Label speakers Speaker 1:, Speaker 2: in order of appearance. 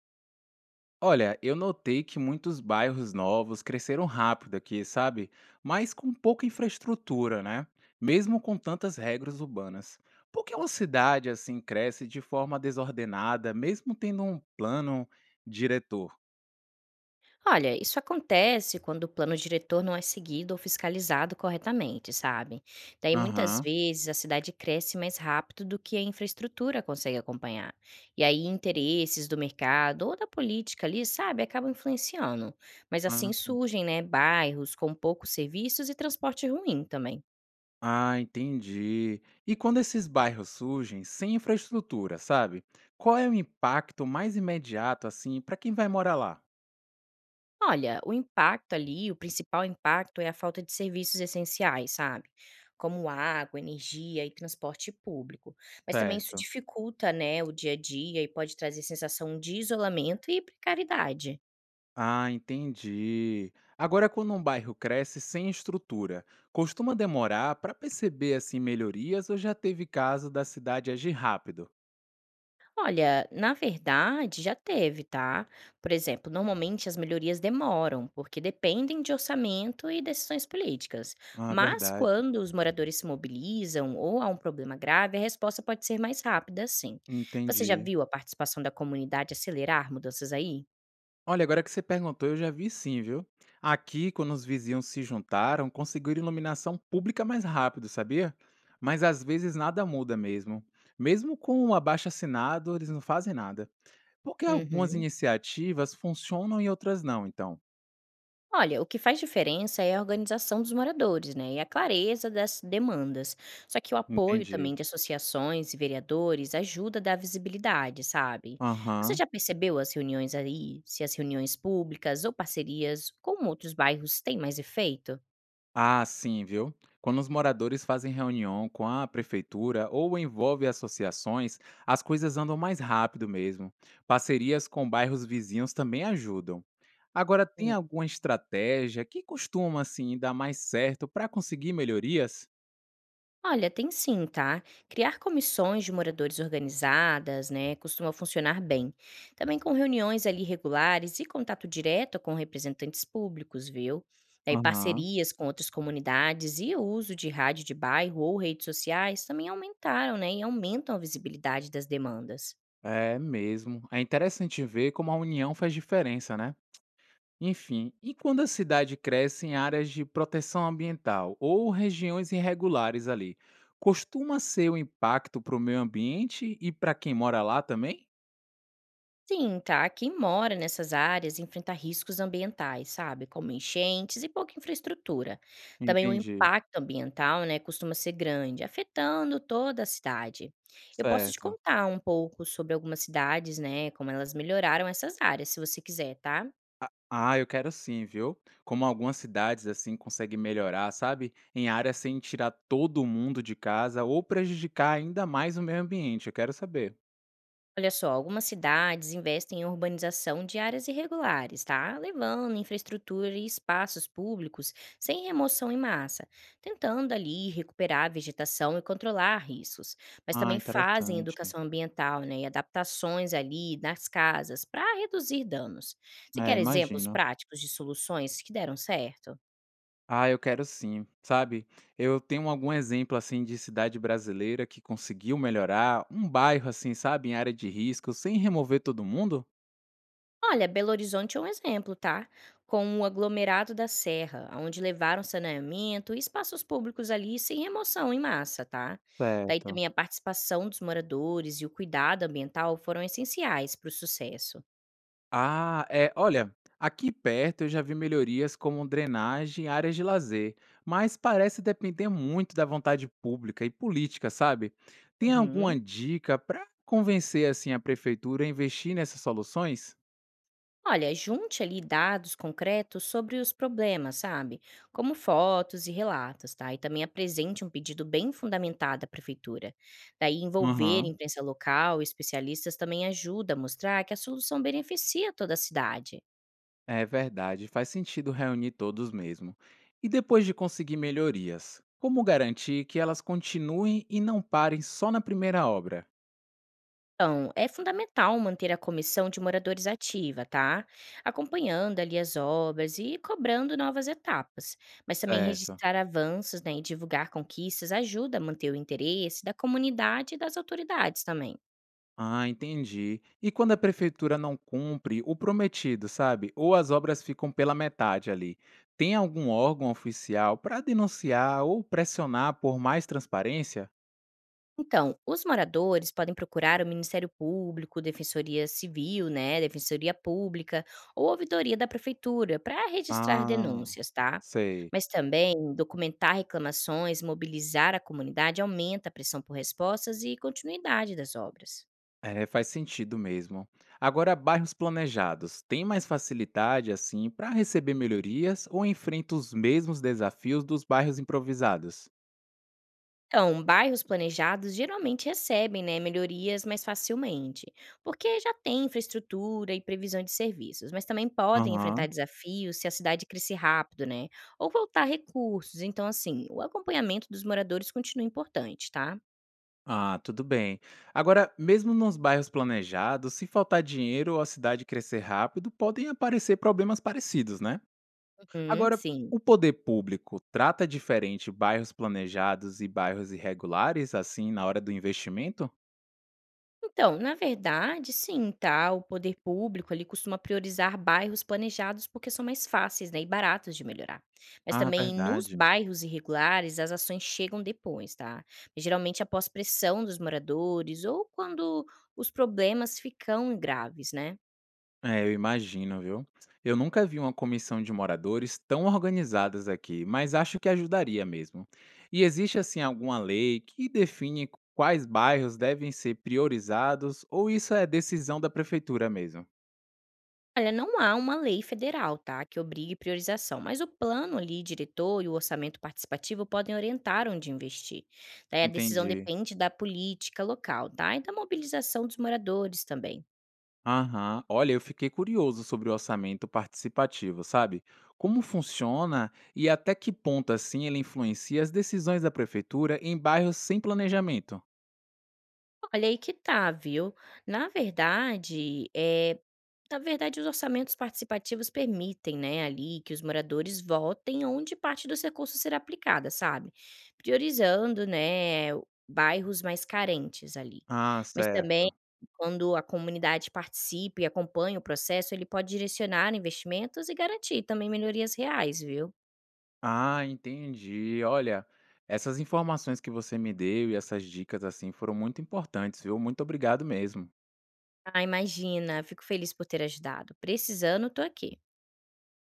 Speaker 1: Olha, eu notei que muitos bairros novos cresceram rápido aqui, sabe? Mas com pouca infraestrutura, né? Mesmo com tantas regras urbanas. Por que uma cidade assim cresce de forma desordenada, mesmo tendo um plano diretor?
Speaker 2: Olha, isso acontece quando o plano diretor não é seguido ou fiscalizado corretamente, sabe? Daí muitas
Speaker 1: Aham.
Speaker 2: vezes a cidade cresce mais rápido do que a infraestrutura consegue acompanhar. E aí interesses do mercado ou da política ali, sabe, acabam influenciando. Mas assim
Speaker 1: Aham.
Speaker 2: surgem, né, bairros com poucos serviços e transporte ruim também.
Speaker 1: Ah, entendi. E quando esses bairros surgem sem infraestrutura, sabe? Qual é o impacto mais imediato assim para quem vai morar lá?
Speaker 2: Olha, o impacto ali, o principal impacto é a falta de serviços essenciais, sabe? Como água, energia e transporte público. Mas também isso
Speaker 1: Certo.
Speaker 2: dificulta, né, o dia a dia e pode trazer sensação de isolamento e precariedade.
Speaker 1: Ah, entendi. Agora, quando um bairro cresce sem estrutura, costuma demorar para perceber assim melhorias ou já teve caso da cidade agir rápido?
Speaker 2: Olha, na verdade, já teve, tá? Por exemplo, normalmente as melhorias demoram, porque dependem de orçamento e decisões políticas.
Speaker 1: Ah,
Speaker 2: Mas
Speaker 1: verdade.
Speaker 2: quando os moradores se mobilizam ou há um problema grave, a resposta pode ser mais rápida, sim. Você já
Speaker 1: Entendi.
Speaker 2: viu a participação da comunidade acelerar mudanças aí?
Speaker 1: Olha, agora que você perguntou, eu já vi sim, viu? Aqui, quando os vizinhos se juntaram, conseguiram iluminação pública mais rápido, sabia? Mas às vezes nada muda mesmo. Mesmo com o abaixo-assinado, eles não fazem nada. Porque algumas
Speaker 2: Uhum.
Speaker 1: iniciativas funcionam e outras não, então.
Speaker 2: Olha, o que faz diferença é a organização dos moradores, né, e a clareza das demandas. Só que o apoio
Speaker 1: Entendi.
Speaker 2: também de associações e vereadores ajuda a dar visibilidade, sabe? Você
Speaker 1: Aham.
Speaker 2: já percebeu as reuniões aí, se as reuniões públicas ou parcerias com outros bairros têm mais efeito?
Speaker 1: Ah, sim, viu? Quando os moradores fazem reunião com a prefeitura ou envolve associações, as coisas andam mais rápido mesmo. Parcerias com bairros vizinhos também ajudam. Agora, tem alguma estratégia que costuma assim dar mais certo para conseguir melhorias?
Speaker 2: Olha, tem sim, tá? Criar comissões de moradores organizadas, né, costuma funcionar bem. Também com reuniões ali regulares e contato direto com representantes públicos, viu? Daí
Speaker 1: Aham.
Speaker 2: parcerias com outras comunidades e o uso de rádio de bairro ou redes sociais também aumentaram, né, e aumentam a visibilidade das demandas.
Speaker 1: É mesmo. É interessante ver como a união faz diferença, né? Enfim, e quando a cidade cresce em áreas de proteção ambiental ou regiões irregulares ali, costuma ser o impacto para o meio ambiente e para quem mora lá também?
Speaker 2: Sim, tá. Quem mora nessas áreas enfrenta riscos ambientais, sabe? Como enchentes e pouca infraestrutura. Também o
Speaker 1: Entendi,
Speaker 2: impacto ambiental, né, costuma ser grande, afetando toda a cidade. Eu posso te
Speaker 1: certo.
Speaker 2: contar um pouco sobre algumas cidades, né, como elas melhoraram essas áreas, se você quiser, tá?
Speaker 1: Ah, eu quero sim, viu? Como algumas cidades assim conseguem melhorar, sabe? Em áreas sem tirar todo mundo de casa ou prejudicar ainda mais o meio ambiente, eu quero saber.
Speaker 2: Olha só, algumas cidades investem em urbanização de áreas irregulares, tá? Levando infraestrutura e espaços públicos sem remoção em massa, tentando ali recuperar a vegetação e controlar riscos. Mas
Speaker 1: Ah,
Speaker 2: também fazem
Speaker 1: interessante.
Speaker 2: educação ambiental, né? E adaptações ali nas casas para reduzir danos. Você
Speaker 1: É,
Speaker 2: quer exemplos
Speaker 1: imagino.
Speaker 2: práticos de soluções que deram certo?
Speaker 1: Ah, eu quero sim, sabe? Eu tenho algum exemplo assim de cidade brasileira que conseguiu melhorar, um bairro assim, sabe, em área de risco, sem remover todo mundo?
Speaker 2: Olha, Belo Horizonte é um exemplo, tá? Com o aglomerado da Serra, onde levaram saneamento e espaços públicos ali sem remoção em massa, tá? Daí
Speaker 1: Certo.
Speaker 2: também a participação dos moradores e o cuidado ambiental foram essenciais para o sucesso.
Speaker 1: Ah, é, olha, aqui perto eu já vi melhorias como drenagem e áreas de lazer, mas parece depender muito da vontade pública e política, sabe? Tem
Speaker 2: Uhum.
Speaker 1: alguma dica para convencer assim a prefeitura a investir nessas soluções?
Speaker 2: Olha, junte ali dados concretos sobre os problemas, sabe? Como fotos e relatos, tá? E também apresente um pedido bem fundamentado à prefeitura. Daí envolver
Speaker 1: Aham.
Speaker 2: imprensa local, especialistas também ajuda a mostrar que a solução beneficia toda a cidade.
Speaker 1: É verdade, faz sentido reunir todos mesmo. E depois de conseguir melhorias, como garantir que elas continuem e não parem só na primeira obra?
Speaker 2: Então, é fundamental manter a comissão de moradores ativa, tá? Acompanhando ali as obras e cobrando novas etapas. Mas também
Speaker 1: Certo.
Speaker 2: registrar avanços, né, e divulgar conquistas ajuda a manter o interesse da comunidade e das autoridades também.
Speaker 1: Ah, entendi. E quando a prefeitura não cumpre o prometido, sabe? Ou as obras ficam pela metade ali, tem algum órgão oficial para denunciar ou pressionar por mais transparência?
Speaker 2: Então, os moradores podem procurar o Ministério Público, Defensoria Civil, né, Defensoria Pública ou Ouvidoria da Prefeitura para registrar
Speaker 1: Ah,
Speaker 2: denúncias, tá?
Speaker 1: sei.
Speaker 2: Mas também documentar reclamações, mobilizar a comunidade aumenta a pressão por respostas e continuidade das obras.
Speaker 1: É, faz sentido mesmo. Agora, bairros planejados, têm mais facilidade assim para receber melhorias ou enfrentam os mesmos desafios dos bairros improvisados?
Speaker 2: Então, bairros planejados geralmente recebem né, melhorias mais facilmente, porque já tem infraestrutura e previsão de serviços, mas também podem enfrentar
Speaker 1: Aham.
Speaker 2: desafios se a cidade crescer rápido, né? Ou voltar recursos. Então, assim, o acompanhamento dos moradores continua importante, tá?
Speaker 1: Ah, tudo bem. Agora, mesmo nos bairros planejados, se faltar dinheiro ou a cidade crescer rápido, podem aparecer problemas parecidos, né?
Speaker 2: Uhum,
Speaker 1: Agora,
Speaker 2: sim.
Speaker 1: o poder público trata diferente bairros planejados e bairros irregulares assim na hora do investimento?
Speaker 2: Então, na verdade, sim, tá? O poder público ali costuma priorizar bairros planejados porque são mais fáceis, né, e baratos de melhorar. Mas
Speaker 1: Ah,
Speaker 2: também nos
Speaker 1: verdade.
Speaker 2: bairros irregulares, as ações chegam depois, tá? Geralmente após pressão dos moradores ou quando os problemas ficam graves, né?
Speaker 1: É, eu imagino, viu? Eu nunca vi uma comissão de moradores tão organizadas aqui, mas acho que ajudaria mesmo. E existe, assim, alguma lei que define quais bairros devem ser priorizados ou isso é decisão da prefeitura mesmo?
Speaker 2: Olha, não há uma lei federal, tá, que obrigue priorização, mas o plano ali, diretor e o orçamento participativo podem orientar onde investir. Daí a decisão
Speaker 1: Entendi.
Speaker 2: depende da política local, tá, e da mobilização dos moradores também.
Speaker 1: Aham. Olha, eu fiquei curioso sobre o orçamento participativo, sabe? Como funciona e até que ponto, assim, ele influencia as decisões da prefeitura em bairros sem planejamento?
Speaker 2: Olha aí que tá, viu? Na verdade, é na verdade, os orçamentos participativos permitem, né, ali que os moradores votem onde parte dos recursos será aplicada, sabe? Priorizando, né, bairros mais carentes ali.
Speaker 1: Ah,
Speaker 2: Mas também,
Speaker 1: certo.
Speaker 2: quando a comunidade participa e acompanha o processo, ele pode direcionar investimentos e garantir também melhorias reais, viu?
Speaker 1: Ah, entendi. Olha, essas informações que você me deu e essas dicas assim foram muito importantes, viu? Muito obrigado mesmo.
Speaker 2: Ah, imagina, fico feliz por ter ajudado. Precisando, tô aqui.